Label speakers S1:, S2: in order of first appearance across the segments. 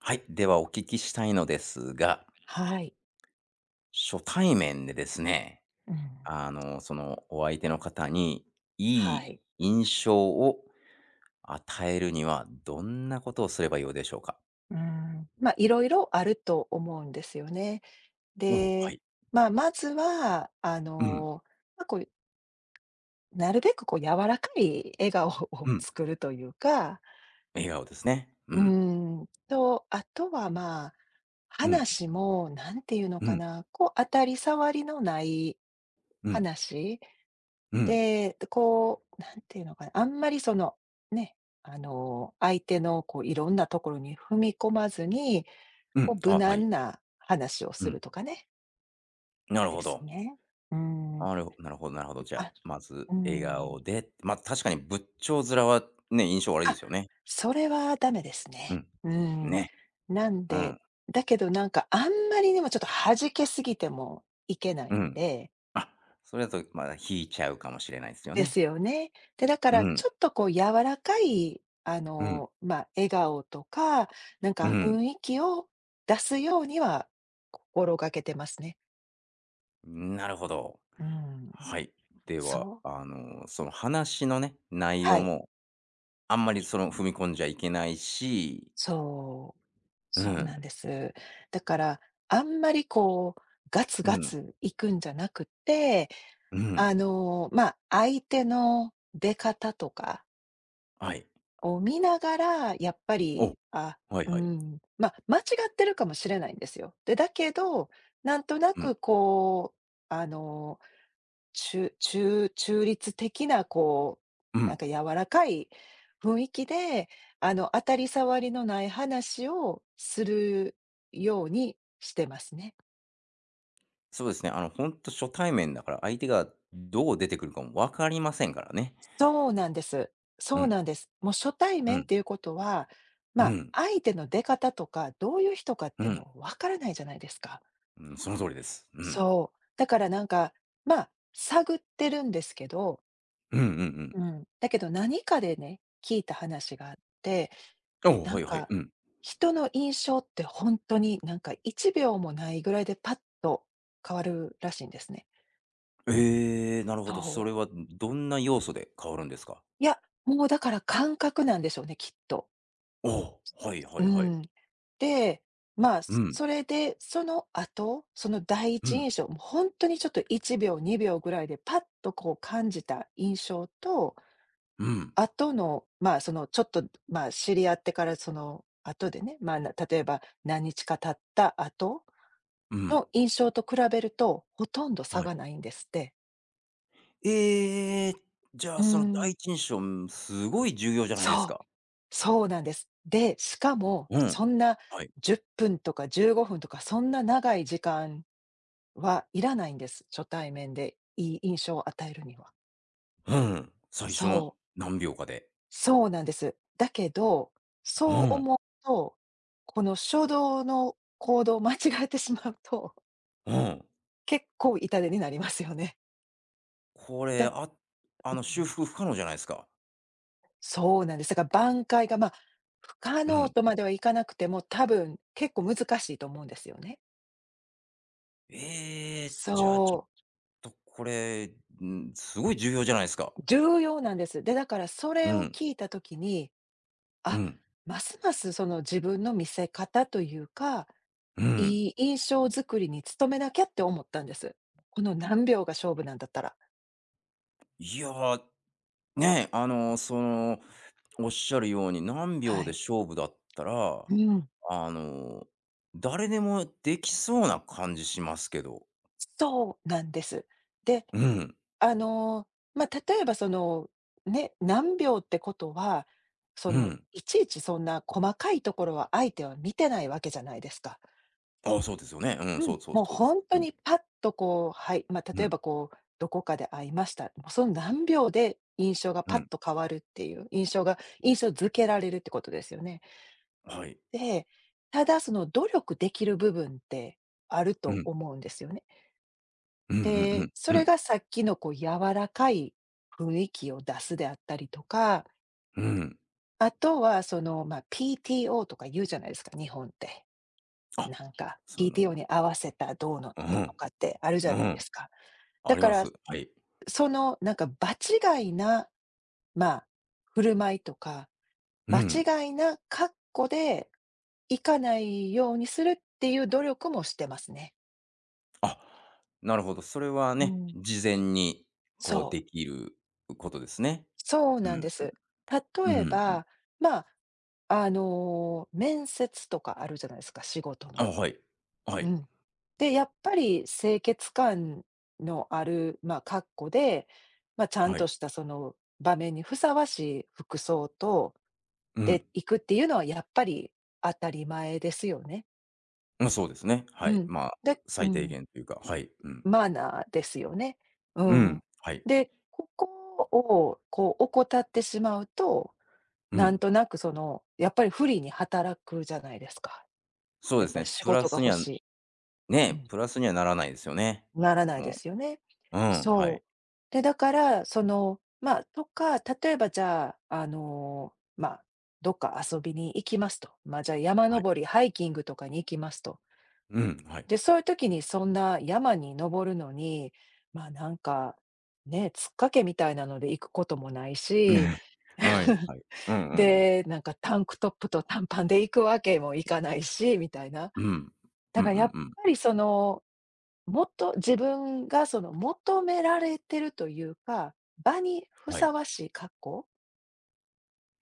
S1: はい。ではお聞きしたいのですが、
S2: はい。
S1: 初対面でですね、
S2: うん。
S1: そのお相手の方にい
S2: は
S1: い
S2: い。
S1: 印象を与えるにはどんなことをすればよいでしょうか？
S2: うん。まあ、いろいろあると思うんですよね。
S1: おお、は
S2: で、
S1: い。
S2: まあ、まずは、
S1: うん、
S2: まあ、こう、なるべくこう柔らかい笑顔を
S1: うん。
S2: 作るというか、
S1: 笑顔ですね。うん、
S2: あとは、まあ、
S1: うん、
S2: 話もなんていうの
S1: う
S2: か
S1: ん、
S2: な、こう、当たり障りのない
S1: うん、
S2: 話
S1: うん、
S2: で、こう、なんていうのかな、あんまりね、相手のこう、いろんなところに踏み込まずに、
S1: う
S2: こ
S1: ん。
S2: う、
S1: あ、
S2: 無
S1: はい。
S2: 難な話を
S1: う
S2: する
S1: ん。
S2: とかね、
S1: なる
S2: で
S1: ほ
S2: す
S1: ど。
S2: ね。うーん。
S1: あるなるほどなるほど。じゃあ、
S2: あ、
S1: まず
S2: うー
S1: 笑
S2: ん。
S1: 顔で、まあ、確かに仏頂面はね、印象悪いで
S2: あ、
S1: すよね。
S2: それはダメです
S1: う
S2: ね。
S1: ん。
S2: うん。
S1: ね。
S2: なん
S1: う
S2: で、
S1: ん、
S2: だけどなんかあんまりにもちょっと弾けすぎてもいけな
S1: う
S2: いん
S1: ん。
S2: で
S1: それだと、まだ引いちゃうかもしれないですよ
S2: で
S1: ね。
S2: すよね。で、だか
S1: う
S2: ら
S1: ん、
S2: ちょっとこう柔らかい、
S1: うん、
S2: 笑顔とか、なん
S1: う
S2: か
S1: ん。
S2: 雰囲気を出すようには心がけてますね。
S1: なるほど。
S2: うん。
S1: はい。では、
S2: そう、
S1: その話のね、内
S2: は
S1: 容
S2: い、
S1: も、あんまりその踏み込んじゃいけないし、
S2: そう、
S1: う
S2: そう
S1: ん、
S2: なんです。だからあんまりこうガツ
S1: う
S2: ガ
S1: ん、
S2: ツ行くんじゃなくて、
S1: うん。
S2: 相手の出方とか
S1: はい。
S2: を見ながら、やっぱ
S1: お、
S2: り、あ、
S1: はい
S2: う
S1: はい。
S2: ん、まあ、ってるかもしれないんですよ。で、だけど、なんとな
S1: うん、
S2: くこう、あのー中、ち中中立的な
S1: う
S2: なん
S1: ん。
S2: か柔らかい雰囲気で、あの、当たり障りのない話をするようにしてますね。
S1: そうですね。ほんと初対面だから、相手がどう出てくるかも分かりませんからね。
S2: そうなんです。
S1: う
S2: そう
S1: ん、
S2: なんです。もう初対
S1: う
S2: 面っ
S1: ん、
S2: ていうことは、ま
S1: う
S2: あ、
S1: ん、
S2: 相手の出方とか、どういう人かっ
S1: う
S2: ていう
S1: ん。
S2: のわからないじゃないですか。
S1: うんその通りです。うん、
S2: そう。だからなんか、まあ、探ってるんですけど、
S1: うん、うん、うん。
S2: うん。だけど何かでね、聞いた話があって、
S1: お、
S2: な
S1: は
S2: ん
S1: いはい。
S2: か、
S1: うん。
S2: 人の印象って本当になんか1秒もないぐらいでパッと変わるらしいんですね。
S1: ええ、なるほど。
S2: そ
S1: それは
S2: う。
S1: どんな要素で変わるんですか？
S2: いや、もうだから感覚なんでしょうね、きっと。
S1: おお、はいは
S2: う
S1: いはい。
S2: ん。で、まあ、
S1: うん、
S2: それで、その後、その第
S1: う
S2: 一
S1: ん、
S2: 印象、もう本当にちょっと1秒、2秒ぐらいでパッとこう感じた印象と、
S1: うん、
S2: 後の、まあ、そのちょっと、まあ、知り合ってからその後でね、例えば何日か経った後
S1: うん、
S2: の印象と比べると、ほとんど差
S1: はい。
S2: がないんですって。
S1: ええ、じゃあ、
S2: うー
S1: その第
S2: ん。
S1: 一印象、うんすごい重要じゃないです
S2: そう、
S1: か。
S2: そうなんです。で、しかも、
S1: うん。
S2: そんな
S1: はい。
S2: 10分とか15分とかそんな長い時間はいらないんです。初対面でいい印象を与えるには。
S1: うん。最初の
S2: そう、
S1: 何秒かで。
S2: そうなんです。だけど、
S1: う
S2: そう
S1: ん、
S2: 思うと、この初動の行動を 間違えてしまうと、
S1: うん。
S2: 結構痛手になりますよね。
S1: これ、
S2: だう
S1: 修
S2: ん、
S1: 復不可能じゃないですか。
S2: そうなんです。だから挽回が、まあ、不可
S1: う
S2: 能
S1: ん。
S2: とまではいかなくても、多分結構難しいと思うんですよね。
S1: ええ、じゃあ、ちょっ
S2: そ
S1: とこれ、うん、すごい重要じゃないですか。
S2: う、重要なんです。で、だからそ
S1: う
S2: れを
S1: ん、
S2: 聞いたときに、
S1: う
S2: あ、
S1: ん、
S2: ますますその自分の見せ方というか
S1: うん。
S2: いい印象作りに努めなきゃって思ったんです。この何秒が勝負なんだったら。
S1: いやー、ねえ、おっしゃるように何
S2: は
S1: 秒で
S2: い。
S1: 勝負だったら、
S2: うん。
S1: あの、誰でもできそうな感じしますけど。
S2: そうなんです。で、
S1: うん、
S2: あの、まあ、例えばその、ね、何秒ってことは、そ
S1: う
S2: の、
S1: ん。
S2: いちいちそんな細かいところは相手は見てないわけじゃないですか。
S1: あ、そうですよね。うん、
S2: う
S1: そ
S2: ん、
S1: うそう
S2: もう
S1: そうです。
S2: 本
S1: う
S2: 当
S1: ん、
S2: にパッとこう、はい、まあ、
S1: う
S2: 例え
S1: ん、
S2: ばこう、どこかで会いました。もうその何秒で印象が
S1: う
S2: パッ
S1: ん。
S2: と変わるっていう、印象が印象づけられるってことですよね。
S1: はい。
S2: で、ただその努力できる部分ってある
S1: う
S2: と
S1: ん、
S2: 思うんですよね。
S1: うんう
S2: で、
S1: ん
S2: そ
S1: うん、う
S2: れ
S1: ん、
S2: がさっきのこう柔らかい雰囲気を出すであったりとか、
S1: うん。
S2: あとはその、まあ、PTO とか言うじゃないですか、日本って。
S1: あ、
S2: なんか
S1: そ
S2: PTO
S1: の、
S2: に合わせたどうの
S1: う
S2: とかと
S1: ん、
S2: かってあるじ
S1: う
S2: ゃないで
S1: ん、
S2: すか。だ
S1: あり
S2: か
S1: ま
S2: ら、
S1: す。はい。
S2: そのなんか場違いな、まあ、振る舞いとか
S1: う
S2: 場
S1: ん。
S2: 違いな格好で行かないようにするっていう努力もしてますね。
S1: あ、なるほど。それは
S2: う
S1: ね、
S2: ん。
S1: 事前にこう
S2: そ
S1: で
S2: う、
S1: きることですね。
S2: そう
S1: う
S2: なん
S1: ん、
S2: です。
S1: う
S2: 例え
S1: ん。
S2: ば、まあ、あの、面接とかあるじゃないですか、仕事
S1: あ、
S2: の。
S1: はい。は
S2: う
S1: い、
S2: ん。で、やっぱり清潔感のある、まあ、格好で、まあ、ちゃん
S1: は
S2: と
S1: い。
S2: したその場面にふさわしい服装と
S1: うん。
S2: で行くっていうのはやっぱり当たり前ですよね。
S1: まあ、そうですね。は
S2: う
S1: い。
S2: ん。
S1: まあ、
S2: でう
S1: 最低
S2: ん。
S1: 限というか、はい。うん。
S2: マナーですよね。う
S1: うん。
S2: ん。
S1: はい。
S2: で、ここをこう怠ってしまうと、
S1: う
S2: なん
S1: ん。
S2: となくその、やっぱり不利に働くじゃないですか。
S1: そう
S2: や
S1: で
S2: っ
S1: す
S2: ぱり
S1: ね。
S2: 仕
S1: プラ
S2: 事が
S1: スに
S2: 欲
S1: は
S2: しい。う
S1: ね、
S2: ん。
S1: プラスにはならないですよね。
S2: ならない
S1: も
S2: ですよね。
S1: う。うん、はい。
S2: そう。で、だから、その、まあ、とか、例えばじゃあ、どっか遊びに行きますと。まあ、じゃあ山
S1: はい。
S2: 登り、ハイキングとかに行きますと。
S1: うん、はい。
S2: で、そういう時にそんな山に登るのに、まあ、なんか、ね、つっかけみたいなので行くこともない
S1: うん
S2: し、
S1: はい、はい。うんうんうん。
S2: で、なんかタンクトップと短パンで行くわけもいかないし、みたいな。
S1: うん。う
S2: だ
S1: んう
S2: からや
S1: ん
S2: っ
S1: うん。
S2: ぱりその、もっと自分がその求められてるというか、場にふ
S1: はい。
S2: さわしい格好っ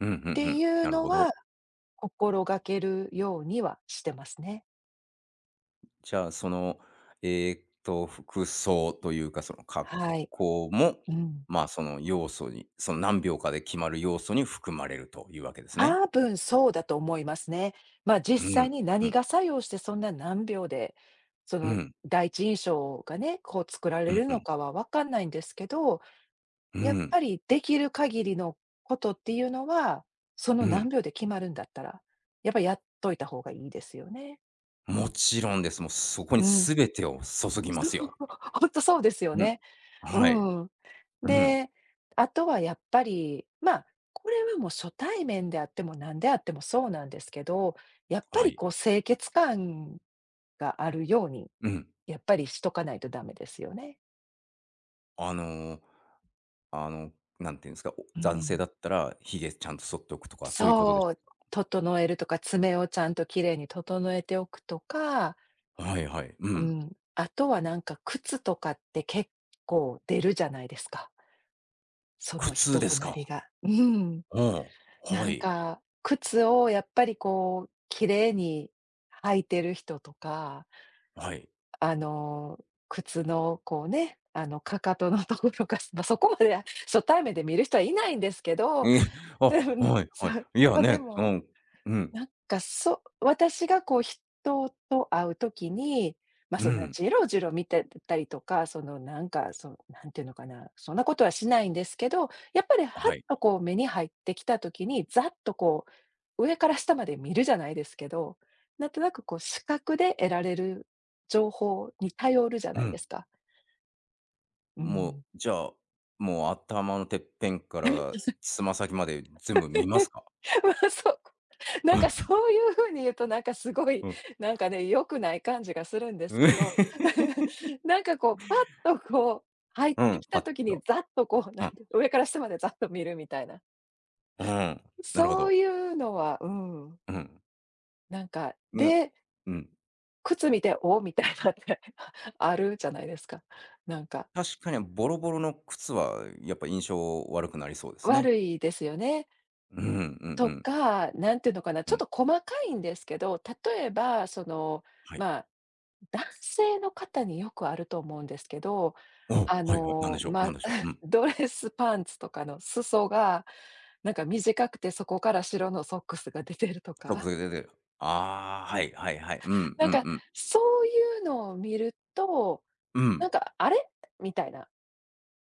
S1: うん、うんう
S2: てい
S1: ん。
S2: う
S1: なるほ
S2: の
S1: ど。
S2: は、心がけるようにはしてますね。
S1: じゃあ、服装というか、その格
S2: はい。
S1: 好も、
S2: うん。
S1: まあ、その要素に、その何秒かで決まる要素に含まれるというわけですね。
S2: 多分そうだと思いますね。まあ、実
S1: うん。
S2: 際に
S1: う
S2: 何
S1: ん。
S2: が作用してそんな何秒で、そ
S1: う
S2: の
S1: ん
S2: 第一印象がね、こう作ら
S1: う
S2: れるの
S1: ん、
S2: かは分かんないんですけど、
S1: う
S2: やっ
S1: ん、
S2: ぱりできる限りのことっていうのは、そ
S1: う
S2: の何
S1: ん。
S2: 秒で決まるんだったら、やっぱやっといた方がいいですよね。
S1: もちろんです。もうそこ
S2: う
S1: に
S2: ん。
S1: 全てを注ぎま
S2: そう、
S1: すよ。
S2: ほんとそうですよ
S1: うん。
S2: ね。
S1: はい。
S2: うん。
S1: うん。
S2: で、あとはやっぱり、まあ、これはもう初対面であっても何であってもそうなんですけど、やっぱ
S1: は
S2: り
S1: い。
S2: こう清潔感があるように、
S1: うん。
S2: やっぱりしとかないとダメですよね。
S1: あの、あの、なんていうんですか、お
S2: う
S1: 男性だ
S2: ん。
S1: ったらひげちゃんと剃っておくとか、そういうことでし
S2: そ
S1: ょ
S2: う、
S1: う
S2: 整えるとか、爪をちゃんと綺麗に整えておくとか、
S1: か？はいはい。う
S2: う
S1: ん。
S2: ん、あとはなんか靴とかって結構出るじゃないですか、そ
S1: 苦
S2: の
S1: 痛
S2: 人
S1: で
S2: と
S1: す
S2: なり
S1: か？
S2: が。うん。
S1: うん。は
S2: なん
S1: い。
S2: か、靴をやっぱりこう、綺麗に履いてる人とか、
S1: はい。
S2: あの、靴のこうね、あの、かかとのところが、ま、そこまで初対面で見る人はいないんですけど、
S1: え、あ、
S2: うん、
S1: はい
S2: そ
S1: はい。
S2: う、
S1: いや
S2: ま、で
S1: ね、う
S2: も
S1: ん。うん。
S2: なんか、そ私がこう人と会う時に、ま、
S1: う
S2: そんな
S1: ん。
S2: ジロジロ見てたりとか、そのなんか、そ何ていうのかな、そんなことはしないんですけど、やっぱりは
S1: は
S2: っ
S1: い。
S2: とこう目に入ってきた時に、ざっとこう上から下まで見るじゃないですけど、なんとなくこう視覚で得られる情報に頼るじゃ
S1: う
S2: ないで
S1: ん。
S2: すか。う
S1: もう、
S2: ん。
S1: じゃあ、もう頭のてっぺんから つま先まで全部見ますか？
S2: まあ、そう。なんか そういう風に言うと、なんかすごい、
S1: うん。
S2: なんかね、良くない感じがするん です
S1: うん。
S2: けど、なんかこう、パッとこう、入っ
S1: う
S2: て
S1: ん、
S2: き
S1: パ
S2: た
S1: ッ
S2: 時に
S1: と。
S2: ざっとこう、な
S1: う
S2: んて
S1: ん、
S2: 上から下までざっと見るみたいな。
S1: うん、なるほ
S2: そ
S1: ど。
S2: ういうのは、うん、
S1: うん。
S2: なんか、
S1: ね、
S2: で、
S1: うん。
S2: 靴見て、お、みたいなって あるじゃないですか。なんか、
S1: 確かにボロボロの靴はやっぱ印象悪くなりそうですね。
S2: 悪いですよね。
S1: うんうんう
S2: と
S1: ん
S2: か、なんていうのかな、
S1: う
S2: ちょっ
S1: ん。
S2: と細かいんですけど、例えばその、
S1: はい。
S2: まあ男性の方によくあると思うんですけど、
S1: お、
S2: あ
S1: はいはい。なんで
S2: の、
S1: しょうなん
S2: ま、
S1: でしょう。う ん。
S2: ドレスパンツとかの裾が、なんか短くて、そこから白のソックスが出てると
S1: そう、そ
S2: か、
S1: れでで、ああ、はいはいはい。うん
S2: な
S1: う
S2: ん
S1: ん
S2: か
S1: うん。
S2: そういうのを見ると、
S1: う
S2: な
S1: ん、
S2: んか「あれ？」みたいな。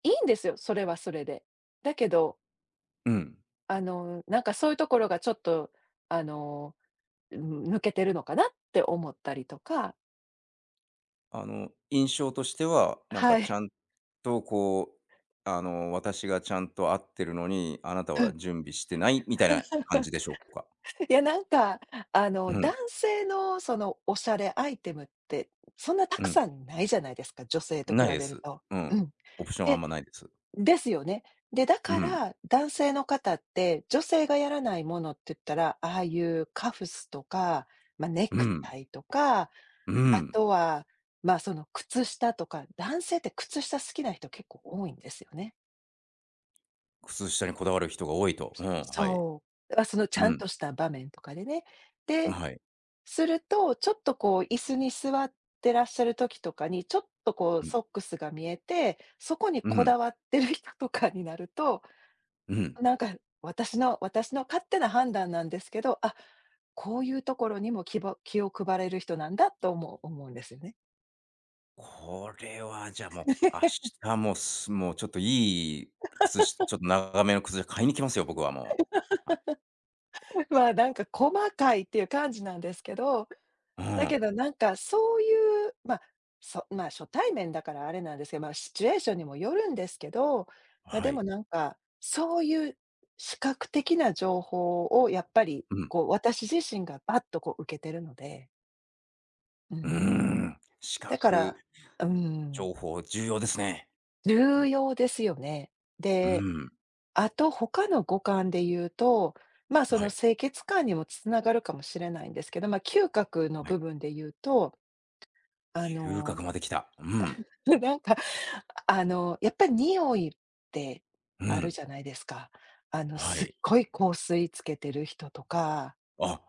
S2: いいんですよ、それはそれで。だけど、
S1: うん。
S2: なんかそういうところがちょっと、あの、うん、抜けてるのかなって思ったりとか。
S1: 印象としては、なんか
S2: は
S1: ち
S2: い。
S1: ゃんとこう、私がちゃんと合ってるのに、あなた
S2: う
S1: は
S2: ん。
S1: 準備してないみたいな感じでしょうか？
S2: いや、なんか、あの、
S1: う
S2: 男
S1: ん、
S2: 性のそのおしゃれアイテムって、そんなた
S1: う
S2: く
S1: ん。
S2: さんないじゃないですか、女性と比
S1: ない
S2: べ
S1: で
S2: る
S1: す。
S2: と。
S1: う
S2: う
S1: ん。
S2: ん。
S1: オプションあん
S2: で
S1: まないです。
S2: ですよね。で、だ
S1: う
S2: か
S1: ん。
S2: ら、男性の方って、女性がやらないものって言ったら、ああいうカフスとか、ま、ネ
S1: う
S2: クタ
S1: ん。
S2: イとか、
S1: う
S2: あ
S1: ん。
S2: とは、ま、その靴下とか、男性って靴下好きな人結構多いんですよね。
S1: 靴下にこだわる人が多いと。うん、はい。
S2: そう。だからそのちゃ
S1: う
S2: ん
S1: ん、
S2: とした場面とかでね。で、
S1: はい。
S2: すると、ちょっとこう椅子に座ってらっしゃる時とかに、ちょっとこう
S1: うん、
S2: ソックスが見えて、そこに
S1: う
S2: こ
S1: ん、
S2: だわってる人とかになると、
S1: うん。
S2: なんか私の勝手な判断なんですけど、あ、こういうところにも気を配れる人なんだと思うんですよね。
S1: これはじゃあもう、明 日もすもうちょっといい靴下ちょっと長めの靴下買いに行きますよ、僕はもう。はい。
S2: まあ、なんか細かいっていう感じなんですけど、
S1: う
S2: だけ
S1: ん。
S2: どなんかそういう、まあ、初対面だからあれなんですけど、ま、シチュエーションにもよるんですけど、ま、
S1: は
S2: でも
S1: い。
S2: なんか、そういう視覚的な情報をやっぱり
S1: うん。
S2: こう私自身がバッとこう受けてるので、う
S1: うー
S2: ん。
S1: ん。視
S2: だか
S1: 覚
S2: ら、うん、
S1: 情報重要ですね。う
S2: 重
S1: ん。
S2: 要ですよね。
S1: う
S2: で、
S1: ん。
S2: あと他の五感で言うと、ま、そ
S1: は
S2: の
S1: い。
S2: 清潔感にもつながるかもしれないんですけど、ま、嗅覚の
S1: はい。
S2: 部分で言うと、あ
S1: 嗅
S2: の
S1: 覚まで来た。うん。
S2: なんか、あの、やっぱり匂いって
S1: う
S2: ある
S1: ん。
S2: じゃないですか。あの、
S1: は
S2: すっ
S1: い。
S2: ごい香水つけてる人とか。
S1: あ、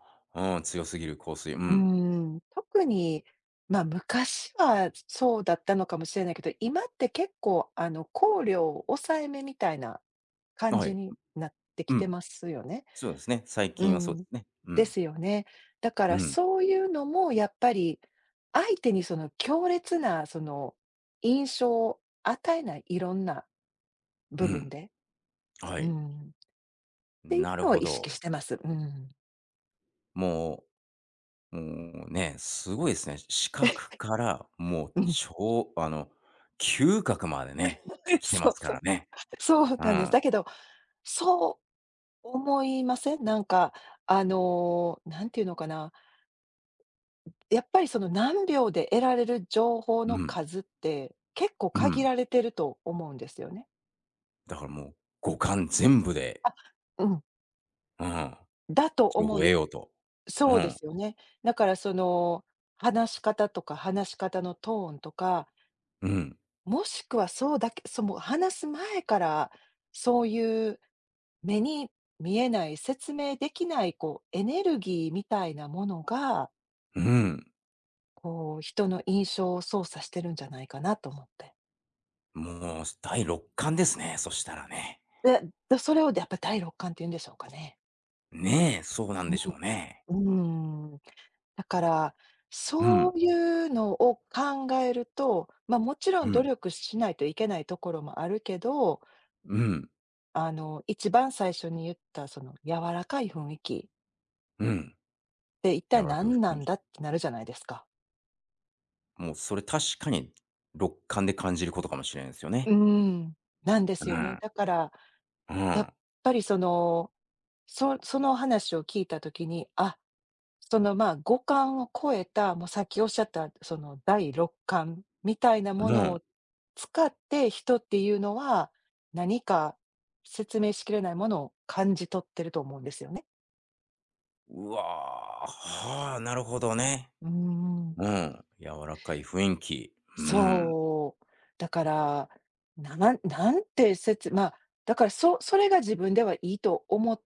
S1: うん、強すぎる香水、う
S2: う
S1: ん。
S2: ん、特に、まあ、昔はそうだったのかもしれないけど、今って結構、あの、香料を抑えめみたいな感
S1: は
S2: じ
S1: い。
S2: になって
S1: う
S2: きて
S1: ん。
S2: ますよね。
S1: そうですね、最
S2: う
S1: 近はそうで
S2: ん。
S1: すね。う
S2: で
S1: ん。
S2: すよね。だか
S1: う
S2: ら
S1: ん。
S2: そういうのもやっぱり、相手にその強烈なその印象を与えない、いろんな
S1: う
S2: 部分
S1: ん。
S2: で、
S1: は
S2: う
S1: い。
S2: ん。っていう
S1: なる
S2: のを
S1: ほ
S2: 意
S1: ど。
S2: 識してます。うん。
S1: もう、もうね、すごいですね。視覚から、もう、
S2: うん。
S1: 超嗅覚までね、来てま
S2: そう
S1: すか
S2: そ
S1: ら
S2: う。
S1: ね。
S2: そう
S1: う
S2: なんです。
S1: ん。
S2: だけど、そう思いません？なんか、あの、なんていうのかな、やっぱりその何秒で得られる情報
S1: う
S2: の
S1: ん。
S2: 数って、結構
S1: う
S2: 限
S1: ん。
S2: られてると思うんですよね。
S1: だからもう、五感全部で、
S2: あ、うん、
S1: うん、
S2: だと
S1: 情報
S2: 思
S1: を
S2: うん
S1: 得
S2: で
S1: ようと。
S2: す。
S1: う
S2: そうで
S1: ん。
S2: すよね。だからその、話し方のトーンとか、
S1: うん。
S2: もしくはそうだけその話す前から、そういう目に見えない、説明できない、こうエネルギーみたいなものが、
S1: うん。
S2: こう人の印象を操作してるんじゃないかなと思って。
S1: もう、第六感ですね、そしたらね。
S2: で、で、それをやっぱ第六感って言うんでしょうかね。
S1: ねえ、そうなん
S2: う
S1: でしょうね。
S2: ん、うーん。だから、
S1: う
S2: そ
S1: ん、
S2: ういうのを考えると、ま、もちろ
S1: う
S2: ん努
S1: ん、
S2: 力しないといけないところもあるけど、
S1: うん、
S2: あの、一番最初に言ったその柔らかい雰囲気
S1: うん。
S2: って一
S1: 柔
S2: 体
S1: らかい
S2: 何な
S1: 雰囲
S2: ん
S1: 気。
S2: だってなるじゃないですか。
S1: もうそれ確かに六感で感じることかもしれないですよ
S2: う
S1: ね。
S2: ーん。なんです
S1: う
S2: よね。
S1: ん、
S2: だから、
S1: う
S2: やっ
S1: ん、
S2: ぱりその、その話を聞いた時に、あ、その、まあ、五感を超えた、もうさっきおっしゃったその第六感みたいなも
S1: う
S2: の
S1: ん。
S2: を使って、人っていうのは、何か説明しきれないものを感じ取ってると思うんですよね。
S1: うわー、はあ、なるほどね。
S2: うーん。
S1: うん、柔らかい雰囲気。うん、
S2: そう。だから、なまなんてせつまあ、だから、それが自分ではいいと思っ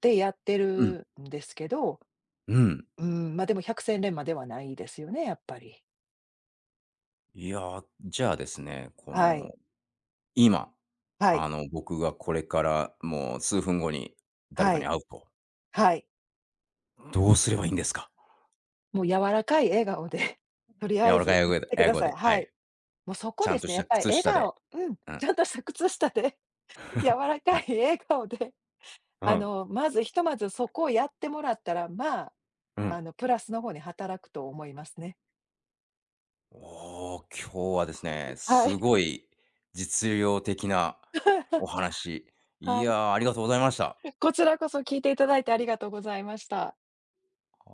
S2: てやって
S1: うん、
S2: るんですけど、
S1: うん。
S2: うん、ま、でも百戦錬磨ではないですよね、やっぱり。
S1: いやー、じゃあですね、こ
S2: は
S1: の、
S2: い。
S1: 今、
S2: はい。
S1: 僕がこれからもう数分後に誰
S2: は
S1: かに
S2: い。
S1: 会うと、
S2: はい。
S1: どうすればいいんですか？
S2: もう柔らかい笑顔で、とり
S1: 柔
S2: あえ
S1: らかい
S2: ず
S1: 英
S2: 行
S1: 語
S2: っ
S1: で
S2: てく
S1: 英
S2: だ
S1: 語
S2: さい。
S1: で、は
S2: はい。
S1: い。
S2: もうそ
S1: ち
S2: こ
S1: ゃ
S2: で
S1: ん
S2: す
S1: と
S2: ね、
S1: し
S2: やっ
S1: た
S2: ぱり
S1: 靴
S2: 笑
S1: 下で。
S2: 顔、うん、
S1: うん、
S2: ちゃんとした靴下で、柔ら
S1: は
S2: かい
S1: い。
S2: 笑顔で、
S1: う
S2: あ
S1: ん、
S2: の、まず、ひとまずそこをやってもらったら、まあ、
S1: うん。
S2: あの、プラスの方に働くと思いますね。
S1: おお、今日はですね、
S2: は
S1: す
S2: い。
S1: ごい実用的なお話。い
S2: は
S1: や
S2: い。
S1: ー、ありがとうございました。
S2: こちらこそ聞いていただいてありがとうございました。